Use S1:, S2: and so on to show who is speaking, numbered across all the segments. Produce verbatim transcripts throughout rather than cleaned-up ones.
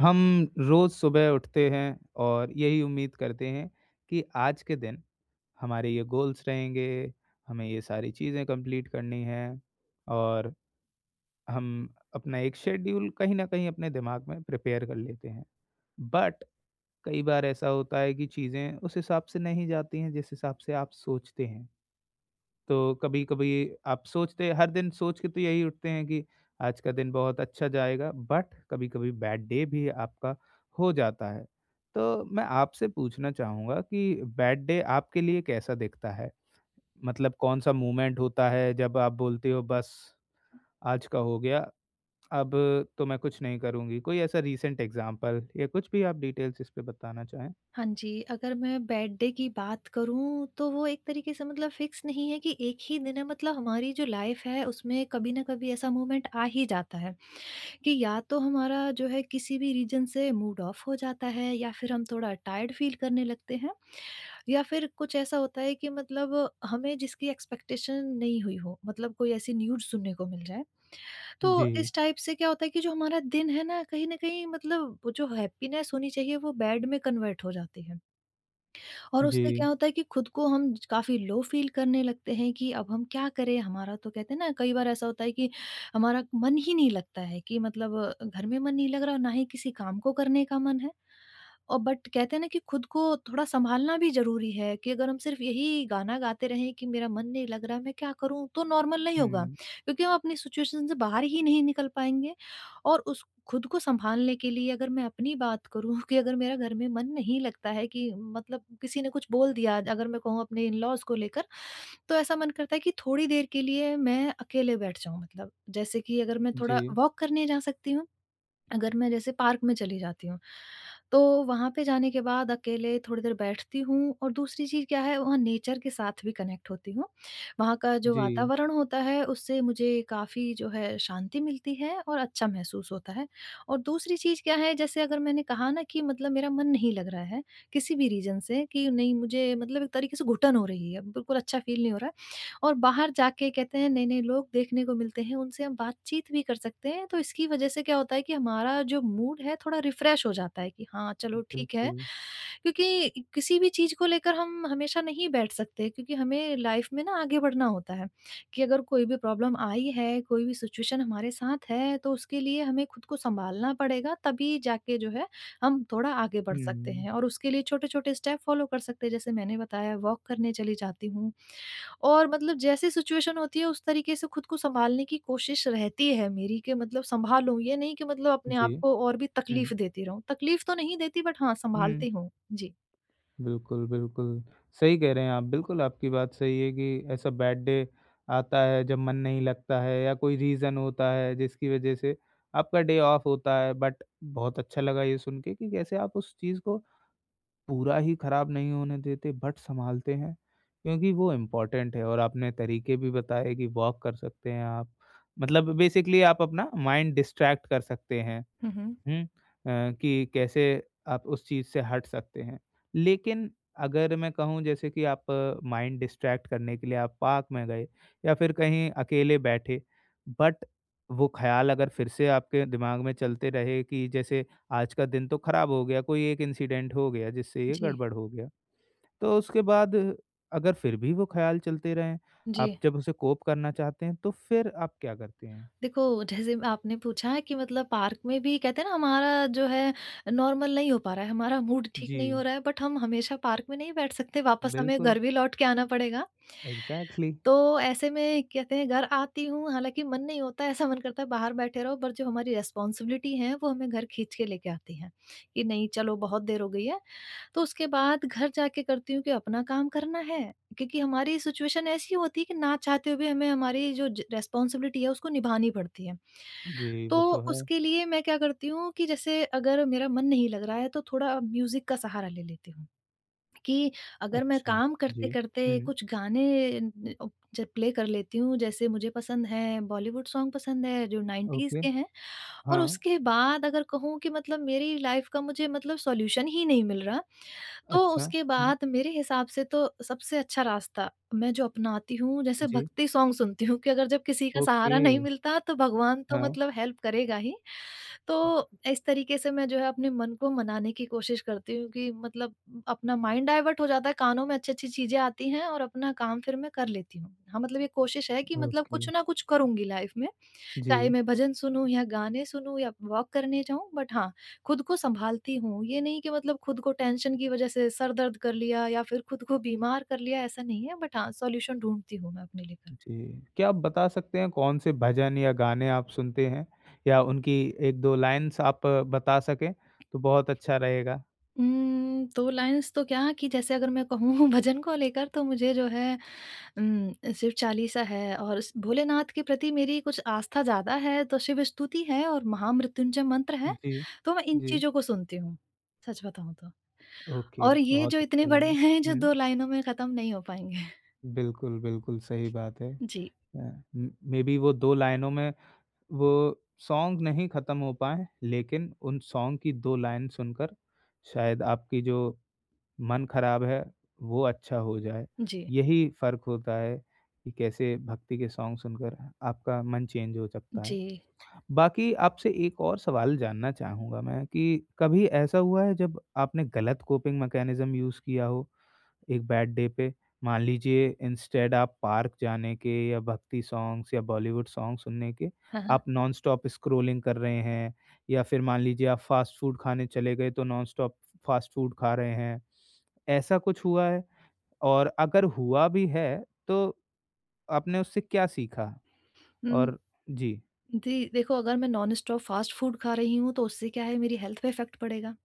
S1: हम रोज़ सुबह उठते हैं और यही उम्मीद करते हैं कि आज के दिन हमारे ये गोल्स रहेंगे, हमें ये सारी चीज़ें कंप्लीट करनी हैं और हम अपना एक शेड्यूल कहीं न कहीं अपने दिमाग में प्रिपेयर कर लेते हैं। बट कई बार ऐसा होता है कि चीज़ें उस हिसाब से नहीं जाती हैं जिस हिसाब से आप सोचते हैं। तो कभी-कभी आप सोचते हर दिन सोच के तो यही उठते हैं कि आज का दिन बहुत अच्छा जाएगा, बट कभी-कभी बैड डे भी आपका हो जाता है। तो मैं आपसे पूछना चाहूँगा कि बैड डे आपके लिए कैसा दिखता है? मतलब कौन-सा मोमेंट होता है जब आप बोलते हो बस आज का हो गया, अब तो मैं कुछ नहीं करूँगी? कोई ऐसा रीसेंट एग्ज़ाम्पल या कुछ भी आप डिटेल्स इस पे बताना चाहें?
S2: हाँ जी, अगर मैं बेड डे की बात करूँ तो वो एक तरीके से मतलब फ़िक्स नहीं है कि एक ही दिन है, मतलब हमारी जो लाइफ़ है उसमें कभी न कभी ऐसा मोमेंट आ ही जाता है, कि या तो हमारा जो है किसी भी रीज़न से मूड ऑफ हो जाता है या फिर हम थोड़ा टायर्ड फ़ील करने लगते हैं या फिर कुछ ऐसा होता है कि मतलब हमें जिसकी एक्सपेक्टेशन नहीं हुई हो, मतलब कोई ऐसी न्यूज़ सुनने को मिल जाए। तो
S1: जी,
S2: इस टाइप से क्या होता है कि जो हमारा दिन है ना, कहीं न कहीं मतलब वो जो हैप्पीनेस होनी चाहिए वो बैड में कन्वर्ट हो जाती है। और
S1: जी।
S2: उससे क्या होता है कि खुद को हम काफ़ी लो फ़ील करने लगते हैं कि अब हम क्या करें? हमारा तो कहते हैं ना, कई बार ऐसा होता है कि हमारा मन ही नहीं लगता है कि मतलब अ, घर में मन नहीं लग रहा और ना ही किसी काम को करने का मन है। और बट कहते हैं ना कि खुद को थोड़ा सँभालना भी ज़रूरी है कि अगर हम सिर्फ़ यही गाना गाते रहें कि मेरा मन नहीं लग रहा, मैं क्या करूँ? तो नॉर्मल नहीं होगा,
S1: हुँ।
S2: क्योंकि हम अपनी सिचुएशन से बाहर ही नहीं निकल पाएँगे। और उस खुद को सँभालने के लिए अगर मैं अपनी बात करूँ कि अगर मेरा घर में मन नहीं लगता है कि मतलब किसी ने कुछ बोल दिया, अगर मैं कहूँ अपने इन-लॉज़ को लेकर, तो ऐसा मन करता है कि थोड़ी देर के लिए मैं अकेले बैठ जाऊँ मतलब। जैसे कि अगर मैं थोड़ा
S1: जी,
S2: वॉक करने जा सकती हूँ, अगर मैं जैसे पार्क में चली जाती हूँ, तो वहाँ पे जाने के बाद अकेले थोड़ी देर बैठती हूँ और दूसरी चीज़ क्या है, वहाँ नेचर के साथ भी कनेक्ट होती हूँ। वहाँ का जो
S1: जी।
S2: वातावरण होता है उससे मुझे काफ़ी जो है शांति मिलती है और अच्छा महसूस होता है। और दूसरी चीज़ क्या है, जैसे अगर मैंने कहा ना कि मतलब मेरा मन नहीं लग रहा है, किसी भी रीज़न से कि नहीं, मुझे मतलब एक तरीके से घुटन हो रही है, बिल्कुल अच्छा फ़ील नहीं हो रहा है। और बाहर जाके कहते हैं नए-नए लोग देखने को मिलते हैं, उनसे हम बातचीत भी कर सकते हैं, तो इसकी वजह से क्या होता है कि हमारा जो मूड है थोड़ा रिफ्रेश हो जाता है कि हाँ, चलो ठीक है।
S1: बिल्कुल।
S2: क्योंकि किसी भी चीज़ को लेकर हम हमेशा नहीं बैठ सकते, क्योंकि हमें लाइफ में ना आगे बढ़ना होता है, कि अगर कोई भी प्रॉब्लम आई है, कोई भी सिचुएशन हमारे साथ है, तो उसके लिए हमें खुद को सँभालना पड़ेगा, तभी जाके जो है हम थोड़ा आगे बढ़ सकते
S1: हुँ,
S2: हैं और उसके लिए छोटे-छोटे स्टेप फ़ॉलो कर सकते हैं। जैसे मैंने बताया, वॉक करने चली जाती हूँ और मतलब जैसी सिचुएशन होती है उस तरीके से खुद को सँभालने की कोशिश रहती है मेरी कि मतलब सँभालूँ, ये नहीं कि मतलब अपने
S1: जी,
S2: आप को और भी
S1: हुँ।
S2: तकलीफ़ देती रहूँ। तकलीफ़ तो नहीं देती, बट हाँ,
S1: हुँ।
S2: सँभालती हूँ। जी।
S1: बिल्कुल, बिल्कुल। सही कह रहे हैं आप। बिल्कुल, आपकी बात सही है कि ऐसा बैड डे आता है जब मन नहीं लगता है या कोई रीज़न होता है जिसकी वज़ह से आपका डे ऑफ होता है बट बहुत अच्छा लगा ये सुन के कि कैसे आप उस चीज़ को पूरा ही ख़राब नहीं होने देते बट सँभालते हैं क्योंकि वो इम्पोर्टेंट है और आपने तरीके भी बताए कि वॉक कर सकते हैं आप। मतलब बेसिकली आप अपना माइंड डिस्ट्रैक्ट कर सकते हैं।
S2: हुँ, हुँ।
S1: हुँ। अ, कि कैसे आप उस चीज़ से हट सकते हैं। लेकिन अगर मैं कहूँ जैसे कि आप माइंड डिस्ट्रैक्ट करने के लिए आप पार्क में गए या फिर कहीं अकेले बैठे, बट वो ख़्याल अगर फिर से आपके दिमाग में चलते रहे कि जैसे आज का दिन तो ख़राब हो गया, कोई एक इंसिडेंट हो गया जिससे ये
S2: जी,
S1: गड़बड़ हो गया। तो उसके बाद अगर फिर भी वो ख़्याल चलते रहें,
S2: जी।
S1: आप जब उसे कोप करना चाहते हैं, तो फिर आप क्या करते हैं?
S2: देखो, जैसे आपने पूछा है कि मतलब पार्क में भी कहते हैं ना, हमारा जो है नॉर्मल नहीं हो पा रहा है, हमारा मूड ठीक
S1: जी,
S2: नहीं हो रहा है, बट हम हमेशा पार्क में नहीं बैठ सकते, वापस हमें
S1: बिल्कुल,
S2: घर भी लौट के आना पड़ेगा।
S1: एग्ज़ैक्टली।
S2: तो ऐसे में कहते हैं, घर आती हूँ, हालाँकि मन नहीं होता है, ऐसा मन करता है बाहर बैठे रहो, पर जो हमारी रिस्पॉन्सिबिलिटी है वो हमें घर खींच के लेके आती है, कि नहीं, चलो बहुत देर हो गई है। तो उसके बाद घर जाके करती हूँ कि अपना काम करना है, क्योंकि हमारी सिचुएशन ऐसी होती है कि ना चाहते हुए भी हमें हमारी जो ज रिस्पॉन्सिबिलिटी है उसको निभानी पड़ती है।
S1: जी,
S2: तो
S1: वो तो है।
S2: उसके लिए मैं क्या करती हूँ कि जैसे अगर मेरा मन नहीं लग रहा है तो थोड़ा म्यूज़िक का सहारा ले लेती हूँ। कि अगर मैं
S1: अच्छा,
S2: काम
S1: जी।
S2: करते-करते
S1: हुँ,
S2: कुछ गाने न- अ, जब प्ले कर लेती हूँ, जैसे मुझे पसंद है, बॉलीवुड सॉन्ग पसंद है जो नाइन्टीज़
S1: ओके,
S2: के हैं, और
S1: हाँ,
S2: उसके बाद अगर कहूँ कि मतलब मेरी लाइफ़ का मुझे मतलब सॉल्यूशन ही नहीं मिल रहा, तो
S1: अच्छा,
S2: उसके
S1: हुँ।
S2: बाद मेरे हिसाब से तो सबसे अच्छा रास्ता मैं जो अपनाती हूँ, जैसे
S1: जी,
S2: भक्ति सॉन्ग सुनती हूँ कि अगर, जब किसी का
S1: ओके,
S2: सहारा नहीं मिलता, तो भगवान तो
S1: हाँ,
S2: मतलब हेल्प करेगा ही। तो इस तरीके से मैं जो है अपने मन को मनाने की कोशिश करती हूँ कि मतलब अपना माइंड डाइवर्ट हो जाता है, कानों में अच्छी-अच्छी चीज़ें आती हैं और अपना काम फिर मैं कर लेती हूँ। हाँ, मतलब ये कोशिश है कि मतलब
S1: ओके,
S2: कुछ ना कुछ करूँगी लाइफ़ में, चाहे
S1: जी,
S2: मैं भजन सुनूँ या गाने सुनूँ या वॉक करने जाऊँ, बट हाँ, खुद को सँभालती हूँ। ये नहीं कि मतलब खुद को टेंशन की वज़ह से सर दर्द कर लिया या फिर खुद को बीमार कर लिया, ऐसा नहीं है, बट हाँ, सॉल्यूशन ढूँढती हूँ मैं अपने लेकर।
S1: जी। क्या आप बता सकते हैं कौन-से भजन या गाने आप सुनते हैं? या उनकी एक दो लाइन्स आप अ, बता सकें, तो बहुत अच्छा रहेगा।
S2: उम, दो लाइन्स तो क्या, कि जैसे अगर मैं कहूँ भजन को लेकर, तो मुझे जो है हुँ, शिव चालीसा है, और स भोलेनाथ के प्रति मेरी कुछ आस्था ज़्यादा है, तो शिव स्तुति है और महामृत्युंजय मंत्र है,
S1: जी,
S2: तो मैं इन
S1: जी,
S2: चीज़ों को सुनती हूँ, सच बताऊँ तो।
S1: ओके,
S2: और ये जो
S1: बहुत
S2: इतने
S1: अच्छा
S2: बड़े
S1: लगा।
S2: हैं जो
S1: हुँ,
S2: दो लाइनों में खत्म नहीं हो पाएँगे।
S1: बिल्कुल, बिल्कुल सही बात है।
S2: जी,
S1: अ, म मेबी वो दो लाइनों में वो सॉन्ग नहीं ख़त्म हो पाए, लेकिन उन सॉन्ग की दो लाइन सुनकर शायद आपकी जो मन ख़राब है, वो अच्छा हो जाए।
S2: जी,
S1: यही फ़र्क होता है कि कैसे भक्ति के सॉन्ग सुनकर आपका मन चेंज हो सकता है।
S2: जी।
S1: बाकी आपसे एक और सवाल जानना चाहूँगा मैं कि कभी ऐसा हुआ है जब आपने गलत कोपिंग मैकेनिज़्म यूज़ किया हो? एक बैड डे पे मान लीजिए इंस्टेड आप पार्क जाने के या भक्ति सॉन्ग्स या बॉलीवुड सॉन्ग सुनने के
S2: हाँ, हाँ।
S1: आप नॉन स्टॉप स्क्रॉलिंग कर रहे हैं या फिर मान लीजिए आप फास्ट फूड खाने चले गए तो नॉन स्टॉप फास्ट फूड खा रहे हैं। ऐसा कुछ हुआ है? और अगर हुआ भी है तो आपने उससे क्या सीखा?
S2: हुँ,
S1: और जी,
S2: जी, देखो, अगर मैं नॉन स्टॉप फास्ट फूड खा रही हूँ, तो उससे क्या है, मेरी हेल्थ पे इफ़ेक्ट पड़ेगा,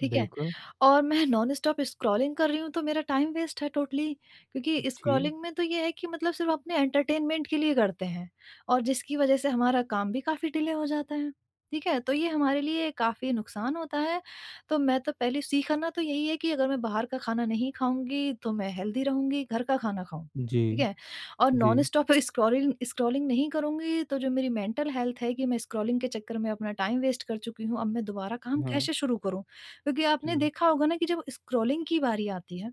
S2: ठीक है?
S1: बिल्कुल।
S2: और मैं नॉन-स्टॉप स्क्रॉलिंग कर रही हूँ तो मेरा टाइम वेस्ट है टोटली, क्योंकि
S1: जी,
S2: स्क्रॉलिंग में तो ये है कि मतलब सिर्फ़ अपने एंटरटेनमेंट के लिए करते हैं, और जिसकी वज़ह से हमारा काम भी काफ़ी डिले हो जाता है। ठीक है? तो ये हमारे लिए काफ़ी नुकसान होता है। तो मैं तो पहले, सीखना तो यही है कि अगर मैं बाहर का खाना नहीं खाऊँगी तो मैं हेल्दी रहूँगी, घर का खाना खाऊँ।
S1: जी,
S2: ठीक है? और
S1: जी,
S2: नॉन-स्टॉप स्क्रॉलिंग स्क्रॉलिंग नहीं करूँगी, तो जो मेरी मेंटल हेल्थ है, कि मैं स्क्रॉलिंग के चक्कर में अपना टाइम वेस्ट कर चुकी हूँ, अब मैं दोबारा काम
S1: हाँ,
S2: कैसे शुरू करूँ? क्योंकि आपने
S1: जी,
S2: देखा होगा ना कि जब स्क्रॉलिंग की बारी आती है,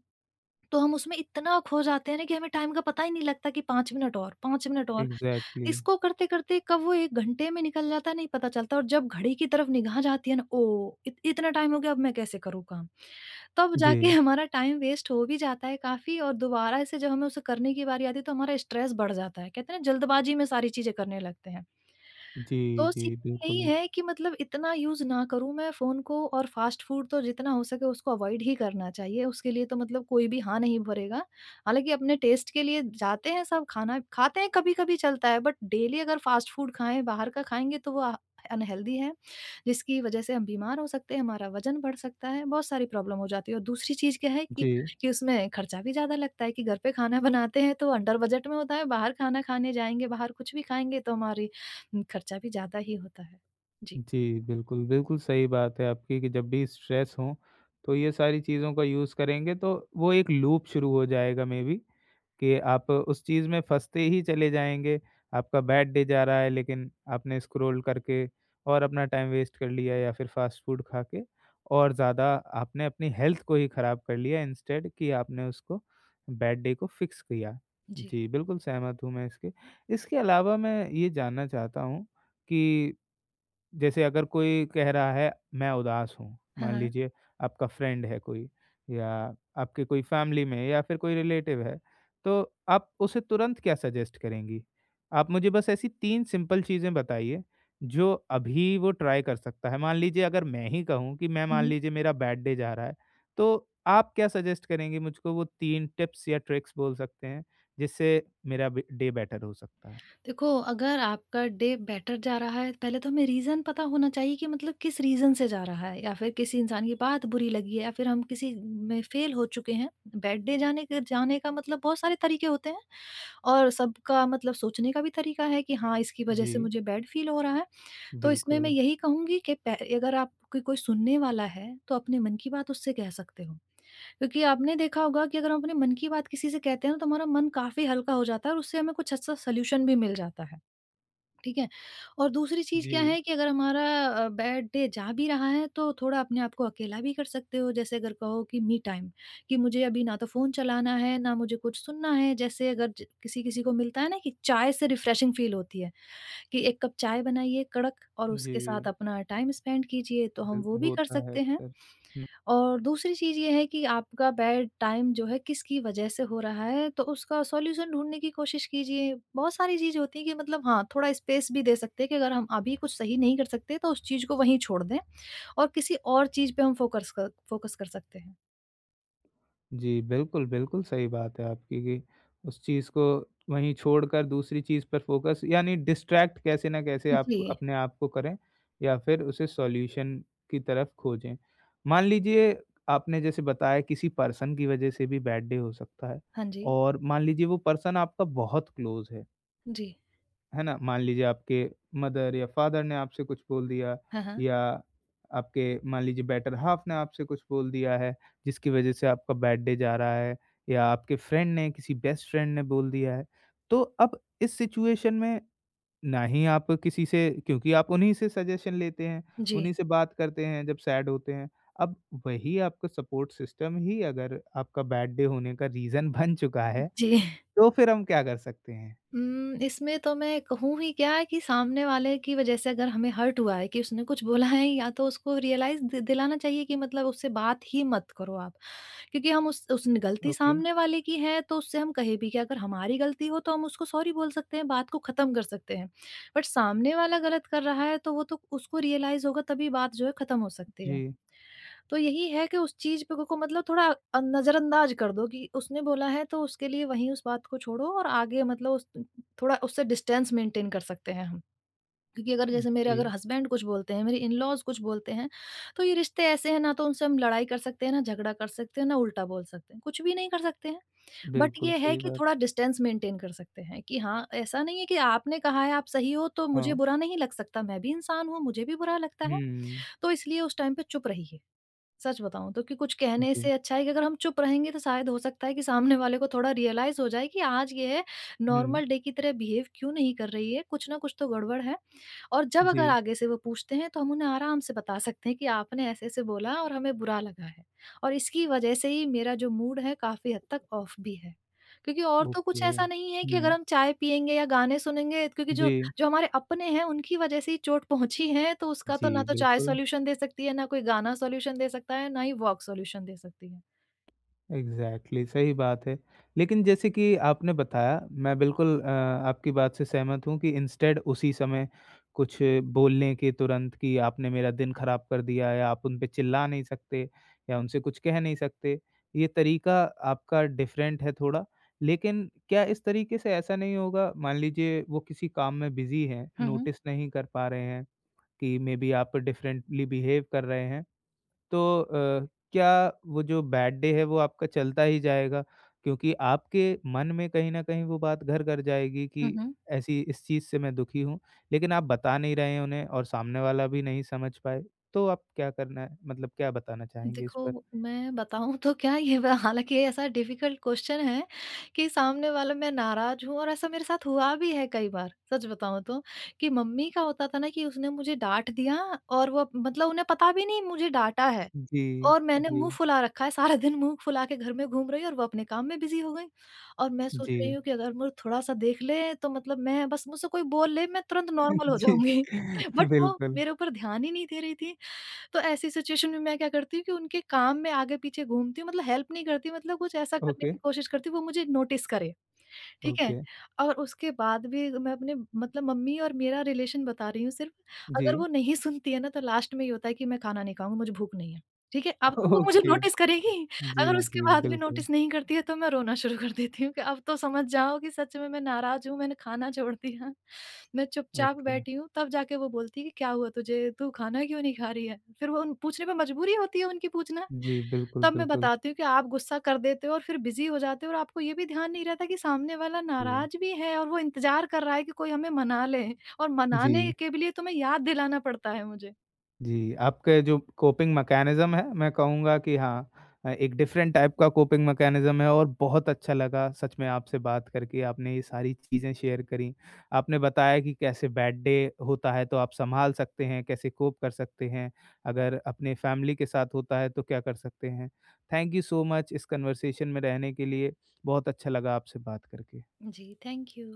S2: तो हम उसमें इतना खो जाते हैं ना कि हमें टाइम का पता ही नहीं लगता, कि पाँच मिनट और, पाँच मिनट और।
S1: एग्ज़ैक्टली।
S2: इसको करते-करते कब वो एक घंटे में निकल जाता है नहीं पता चलता, और जब घड़ी की तरफ निगाह जाती है ना, ओह! इत इतना टाइम हो गया, अब मैं कैसे करूँ काम? तब जाके
S1: जी,
S2: हमारा टाइम वेस्ट हो भी जाता है काफ़ी, और दोबारा से जब हमें उसे करने की बारी आती है तो हमारा स्ट्रेस बढ़ जाता है। कहते हैं ना, जल्दबाजी में सारी चीज़ें करने लगते हैं।
S1: जी,
S2: तो
S1: जी,
S2: यही
S1: बिल्कुल।
S2: है कि मतलब इतना यूज़ ना करूँ मैं फ़ोन को, और फ़ास्ट फ़ूड तो जितना हो सके उसको अवॉइड ही करना चाहिए, उसके लिए तो मतलब कोई भी हाँ नहीं भरेगा। हालाँकि अपने टेस्ट के लिए जाते हैं, सब खाना खाते हैं, कभी-कभी चलता है, बट डेली अगर फ़ास्ट फ़ूड खाएँ, बाहर का खाएँगे तो वो अ, अनहेल्दी है, जिसकी वज़ह से हम बीमार हो सकते हैं, हमारा वज़न बढ़ सकता है, बहुत सारी प्रॉब्लम हो जाती है, और दूसरी चीज़ क्या है कि
S1: जी।
S2: कि उसमें खर्चा भी ज़्यादा लगता है, कि घर पे खाना बनाते हैं तो अंडर बजट में होता है, बाहर खाना खाने जाएँगे, बाहर कुछ भी खाएँगे तो हमारी हुँ, खर्चा भी ज़्यादा ही होता है। जी।
S1: जी, बिल्कुल, बिल्कुल सही बात है आपकी कि जब भी स्ट्रेस हो, तो ये सारी चीज़ों का यूज़ करेंगे तो वो एक लूप शुरू हो जाएगा मे बी कि आप उस चीज़ में फँसते ही चले जाएँगे। आपका बैड डे जा रहा है लेकिन आपने स्क्रॉल करके और अपना टाइम वेस्ट कर लिया या फिर फ़ास्ट फूड खा के और ज़्यादा आपने अपनी हेल्थ को ही ख़राब कर लिया इंस्टेड कि आपने उसको बैड डे को फ़िक्स किया।
S2: जी।
S1: जी, बिल्कुल सहमत हूँ मैं इसके। इसके अलावा मैं ये जानना चाहता हूँ कि जैसे अगर कोई कह रहा है मैं उदास हूँ, मान
S2: हाँ।
S1: लीजिए आपका फ्रेंड है कोई या आपके कोई फैमिली में या फिर कोई रिलेटिव है, तो आप उसे तुरंत क्या सजेस्ट करेंगी? आप मुझे बस ऐसी तीन सिंपल चीज़ें बताइए जो अभी वो ट्राई कर सकता है। मान लीजिए अगर मैं ही कहूँ कि मैं
S2: हुँ,
S1: मान
S2: हुँ।
S1: लीजिए मेरा बैड डे जा रहा है, तो आप क्या सजेस्ट करेंगे मुझको वो तीन टिप्स या ट्रिक्स बोल सकते हैं, जिससे मेरा बे डे बेटर हो सकता है?
S2: देखो, अगर आपका डे बेटर जा रहा है, पहले तो हमें रीज़न पता होना चाहिए, कि मतलब किस रीज़न से जा रहा है, या फिर किसी इंसान की बात बुरी लगी है या फिर हम किसी में फ़ेल हो चुके हैं। बैड डे जाने के जाने का मतलब बहुत सारे तरीके होते हैं, और सबका मतलब सोचने का भी तरीका है कि हाँ, इसकी वज़ह से
S1: जी,
S2: मुझे बैड फ़ील हो रहा है। तो इसमें मैं
S1: बिल्कुल।
S2: यही कहूँगी कि पह अगर आपकी कोई कोई सुनने वाला है, तो अपने मन की बात उससे कह सकते हो। क्योंकि आपने देखा होगा कि अगर हम अपने मन की बात किसी से कहते हैं ना, तो हमारा मन काफ़ी हल्का हो जाता है, और उससे हमें कुछ अच्छा सॉल्यूशन भी मिल जाता है, ठीक है? और दूसरी चीज़ क्या
S1: जी,
S2: है कि अगर हमारा अ, बैड डे जा भी रहा है तो थोड़ा अपने आप को अकेला भी कर सकते हो। जैसे अगर कहो कि मी टाइम कि मुझे अभी ना तो फ़ोन चलाना है, ना मुझे कुछ सुनना है। जैसे अगर ज किसी-किसी को मिलता है ना कि चाय से रिफ्रेशिंग फ़ील होती है कि एक कप चाय बनाइए कड़क और
S1: जी।
S2: उसके साथ अपना टाइम स्पेंड कीजिए, तो हम
S1: बिल
S2: वो भी कर
S1: होता है
S2: सकते हैं।
S1: अक्सर। हुँ।
S2: और दूसरी चीज़ ये है कि आपका बैड टाइम जो है किसकी वजह से हो रहा है, तो उसका सॉल्यूशन ढूँढने की कोशिश कीजिए। बहुत सारी चीज़ होती है कि मतलब हाँ, थोड़ा स्पेस भी दे सकते हैं कि अगर हम अभी कुछ सही नहीं कर सकते तो उस चीज़ को वहीं छोड़ दें और किसी और चीज़ पे हम फ़ोकस कर फ़ोकस कर सकते हैं।
S1: जी, बिल्कुल, बिल्कुल सही बात है आपकी कि उस चीज़ को वहीं छोड़कर दूसरी चीज़ पर फ़ोकस यानी डिस्ट्रैक्ट कैसे न कैसे आप
S2: जी।
S1: अपने आप को करें या फिर उसे सॉल्यूशन की तरफ खोजें। मान लीजिए आपने जैसे बताया किसी पर्सन की वज़ह से भी बैड डे हो सकता है
S2: हाँ जी।
S1: और मान लीजिए वो पर्सन आपका बहुत क्लोज़ है।
S2: जी।
S1: है ना? मान लीजिए आपके मदर या फादर ने आपसे कुछ बोल दिया
S2: हाँ, हाँ।
S1: या आपके मान लीजिए बेटर हाफ़ ने आपसे कुछ बोल दिया है, जिसकी वज़ह से आपका बैड डे जा रहा है या आपके फ्रेंड ने, किसी बेस्ट फ्रेंड ने बोल दिया है। तो अब इस सिचुएशन में ना ही आप किसी से क्योंकि आप उन्हीं से सजेशन लेते हैं,
S2: जी।
S1: उन्हीं से बात करते हैं जब सैड होते हैं। अब वही आपका सपोर्ट सिस्टम ही अगर आपका बैड डे होने का रीज़न बन चुका है,
S2: जी।
S1: तो फिर हम क्या कर सकते हैं?
S2: उम, इसमें तो मैं कहूँ ही क्या है कि सामने वाले की वजह से अगर हमें हर्ट हुआ है कि उसने कुछ बोला है या तो उसको रियलाइज़ दि दिलाना चाहिए कि मतलब उससे बात ही मत करो आप। क्योंकि हम उस उस गलती
S1: ओके।
S2: सामने वाले की है तो उससे हम कहे भी कि अगर हमारी गलती हो तो हम उसको सॉरी बोल सकते हैं, बात को ख़त्म कर सकते हैं। बट सामने वाला गलत कर रहा है तो वो तो उसको रियलाइज़ होगा तभी बात जो है ख़त्म हो सकती है।
S1: जी।
S2: तो यही है कि उस चीज़ पे को मतलब थोड़ा अ, नज़रअंदाज़ कर दो कि उसने बोला है तो उसके लिए वहीं उस बात को छोड़ो और आगे मतलब उस थोड़ा उससे डिस्टेंस मेंटेन कर सकते हैं हम। क्योंकि अगर जैसे मेरे
S1: जी।
S2: अगर हस्बैंड कुछ बोलते हैं, मेरे इन-लॉज़ कुछ बोलते हैं, तो ये रिश्ते ऐसे हैं ना तो उनसे हम लड़ाई कर सकते हैं, ना झगड़ा कर सकते हैं, ना उल्टा बोल सकते हैं, कुछ भी नहीं कर सकते हैं। बट
S1: बिल्कुल
S2: ये है
S1: सही
S2: कि
S1: बात।
S2: थोड़ा डिस्टेंस मेंटेन कर सकते हैं कि हाँ, ऐसा नहीं है कि आपने कहा है आप सही हो तो मुझे
S1: हाँ।
S2: बुरा नहीं लग सकता, मैं भी इंसान हूँ, मुझे भी बुरा लगता है,
S1: हुँ,
S2: तो इसलिए उस टाइम पे चुप रहिए। सच बताऊँ तो कि कुछ कहने
S1: जी।
S2: से अच्छा है कि अगर हम चुप रहेंगे तो शायद हो सकता है कि सामने वाले को थोड़ा रियलाइज़ हो जाए कि आज ये
S1: हुँ,
S2: नॉर्मल डे की तरह बिहेव क्यों नहीं कर रही है, कुछ ना कुछ तो गड़बड़ है। और जब अगर
S1: जी।
S2: आगे से वो पूछते हैं तो हम उन्हें आराम से बता सकते हैं कि आपने ऐसे-ऐसे बोला और हमें बुरा लगा है और इसकी वजह से ही मेरा जो मूड है काफ़ी हद तक ऑफ भी है। क्योंकि और तो कुछ
S1: ओके।
S2: ऐसा नहीं है कि अगर
S1: हुँ,
S2: हम चाय पिएँगे या गाने सुनेंगे क्योंकि जो
S1: जी।
S2: जो हमारे अपने हैं उनकी वजह से ही चोट पहुँची है तो उसका
S1: जी,
S2: तो ना तो चाय
S1: बिल्कुल।
S2: सॉल्यूशन दे सकती है, ना कोई गाना सॉल्यूशन दे सकता है, ना ही वॉक सॉल्यूशन दे सकती है।
S1: एग्ज़ैक्टली सही बात है। लेकिन जैसे कि आपने बताया मैं बिल्कुल अ, आपकी बात से सहमत हूँ कि इंस्टेड उसी समय कुछ बोलने के तुरंत कि आपने मेरा दिन ख़राब कर दिया या आप उन पे चिल्ला नहीं सकते या उनसे कुछ कह नहीं सकते। ये तरीका आपका डिफ़रेंट है थोड़ा। लेकिन क्या इस तरीके से ऐसा नहीं होगा मान लीजिए वो किसी काम में बिज़ी हैं,
S2: हुँ, हुँ।
S1: नोटिस नहीं कर पा रहे हैं कि मेबी आप डिफ़रेंटली बिहेव कर रहे हैं तो अ, क्या वो जो बैड डे है वो आपका चलता ही जाएगा? क्योंकि आपके मन में कहीं न कहीं वो बात घर कर जाएगी
S2: हुँ,
S1: कि
S2: हुँ।
S1: ऐसी इस चीज़ से मैं दुखी हूँ, लेकिन आप बता नहीं रहे हैं उन्हें और सामने वाला भी नहीं समझ पाए, तो आप क्या करना है मतलब क्या बताना चाहेंगे इस पर?
S2: देखो, मैं बताऊँ तो क्या ये व हालाँकि ये ऐसा डिफ़िकल्ट क्वेश्चन है कि सामने वाला मैं नाराज़ हूँ और ऐसा मेरे साथ हुआ भी है कई बार, सच बताऊँ तो। कि मम्मी का होता था ना कि उसने मुझे डाँट दिया और वो मतलब उन्हें पता भी नहीं मुझे डाँटा है
S1: जी,
S2: और मैंने
S1: जी,
S2: मुँह फुला रखा है, सारा दिन मुँह फुला के घर में घूम रही हूँ और वो अपने काम में बिज़ी हो गई। और मैं सोच रही
S1: जी,
S2: हूँ कि अगर मुझे थोड़ा-सा देख ले तो मतलब मैं बस मुझसे कोई बोल ले, मैं तुरंत नॉर्मल हो
S1: जी,
S2: जाऊँगी। बट वो
S1: बिल्कुल।
S2: मेरे ऊपर ध्यान ही नहीं दे रही थी तो ऐसी सिचुएशन में मैं क्या करती हूँ कि उनके काम में आगे पीछे घूमती हूँ मतलब हेल्प नहीं करती मतलब कुछ ऐसा करने
S1: ओके,
S2: की कोशिश करती हूँ वो मुझे नोटिस करे, ठीक है?
S1: ओके,
S2: और उसके बाद भी मैं अपने मतलब मम्मी और मेरा रिलेशन बता रही हूँ सिर्फ, अगर
S1: जी,
S2: वो नहीं सुनती है ना तो लास्ट में ये होता है कि मैं खाना नहीं खाऊँगी, मुझे भूख नहीं है। ठीक है? अब तो वो मुझे
S1: ओके,
S2: नोटिस करेगी,
S1: जी,
S2: अगर उसके
S1: जी,
S2: बाद भी
S1: बिल्कुल,
S2: नोटिस नहीं करती है तो मैं रोना शुरू कर देती हूँ कि अब तो समझ जाओ कि सच में मैं नाराज़ हूँ, मैंने खाना छोड़ दिया। मैं चुपचाप
S1: ओके,
S2: बैठी हूँ, तब जाके वो बोलती है कि क्या हुआ तुझे? तू खाना क्यों नहीं खा रही है? फिर वो उन पूछने पे मजबूरी होती है उनकी पूछना।
S1: जी, बिल्कुल,
S2: तब मैं
S1: बिल्कुल,
S2: बताती हूँ कि आप गुस्सा कर देते हो और फिर बिज़ी हो जाते हो और आपको ये भी ध्यान नहीं रहता कि सामने वाला
S1: जी,
S2: नाराज़ भी है और वो इंतज़ार कर रहा है कि कोई हमें मना ले और
S1: जी।
S2: मनाने के लिए तुम्हें याद दिलाना पड़ता है मुझे।
S1: जी, आपके जो कोपिंग मैकेनिज़्म है, मैं कहूँगा कि हाँ अ, एक डिफरेंट टाइप का कोपिंग मैकेनिज़्म है और बहुत अच्छा लगा सच में आपसे बात करके, आपने ये सारी चीज़ें शेयर करी। आपने बताया कि कैसे बैड डे होता है तो आप सँभाल सकते हैं, कैसे कोप कर सकते हैं, अगर अपने फैमिली के साथ होता है तो क्या कर सकते हैं। थैंक यू सो मच इस कन्वर्सेशन में रहने के लिए, बहुत अच्छा लगा आपसे बात करके।
S2: जी, थैंक यू।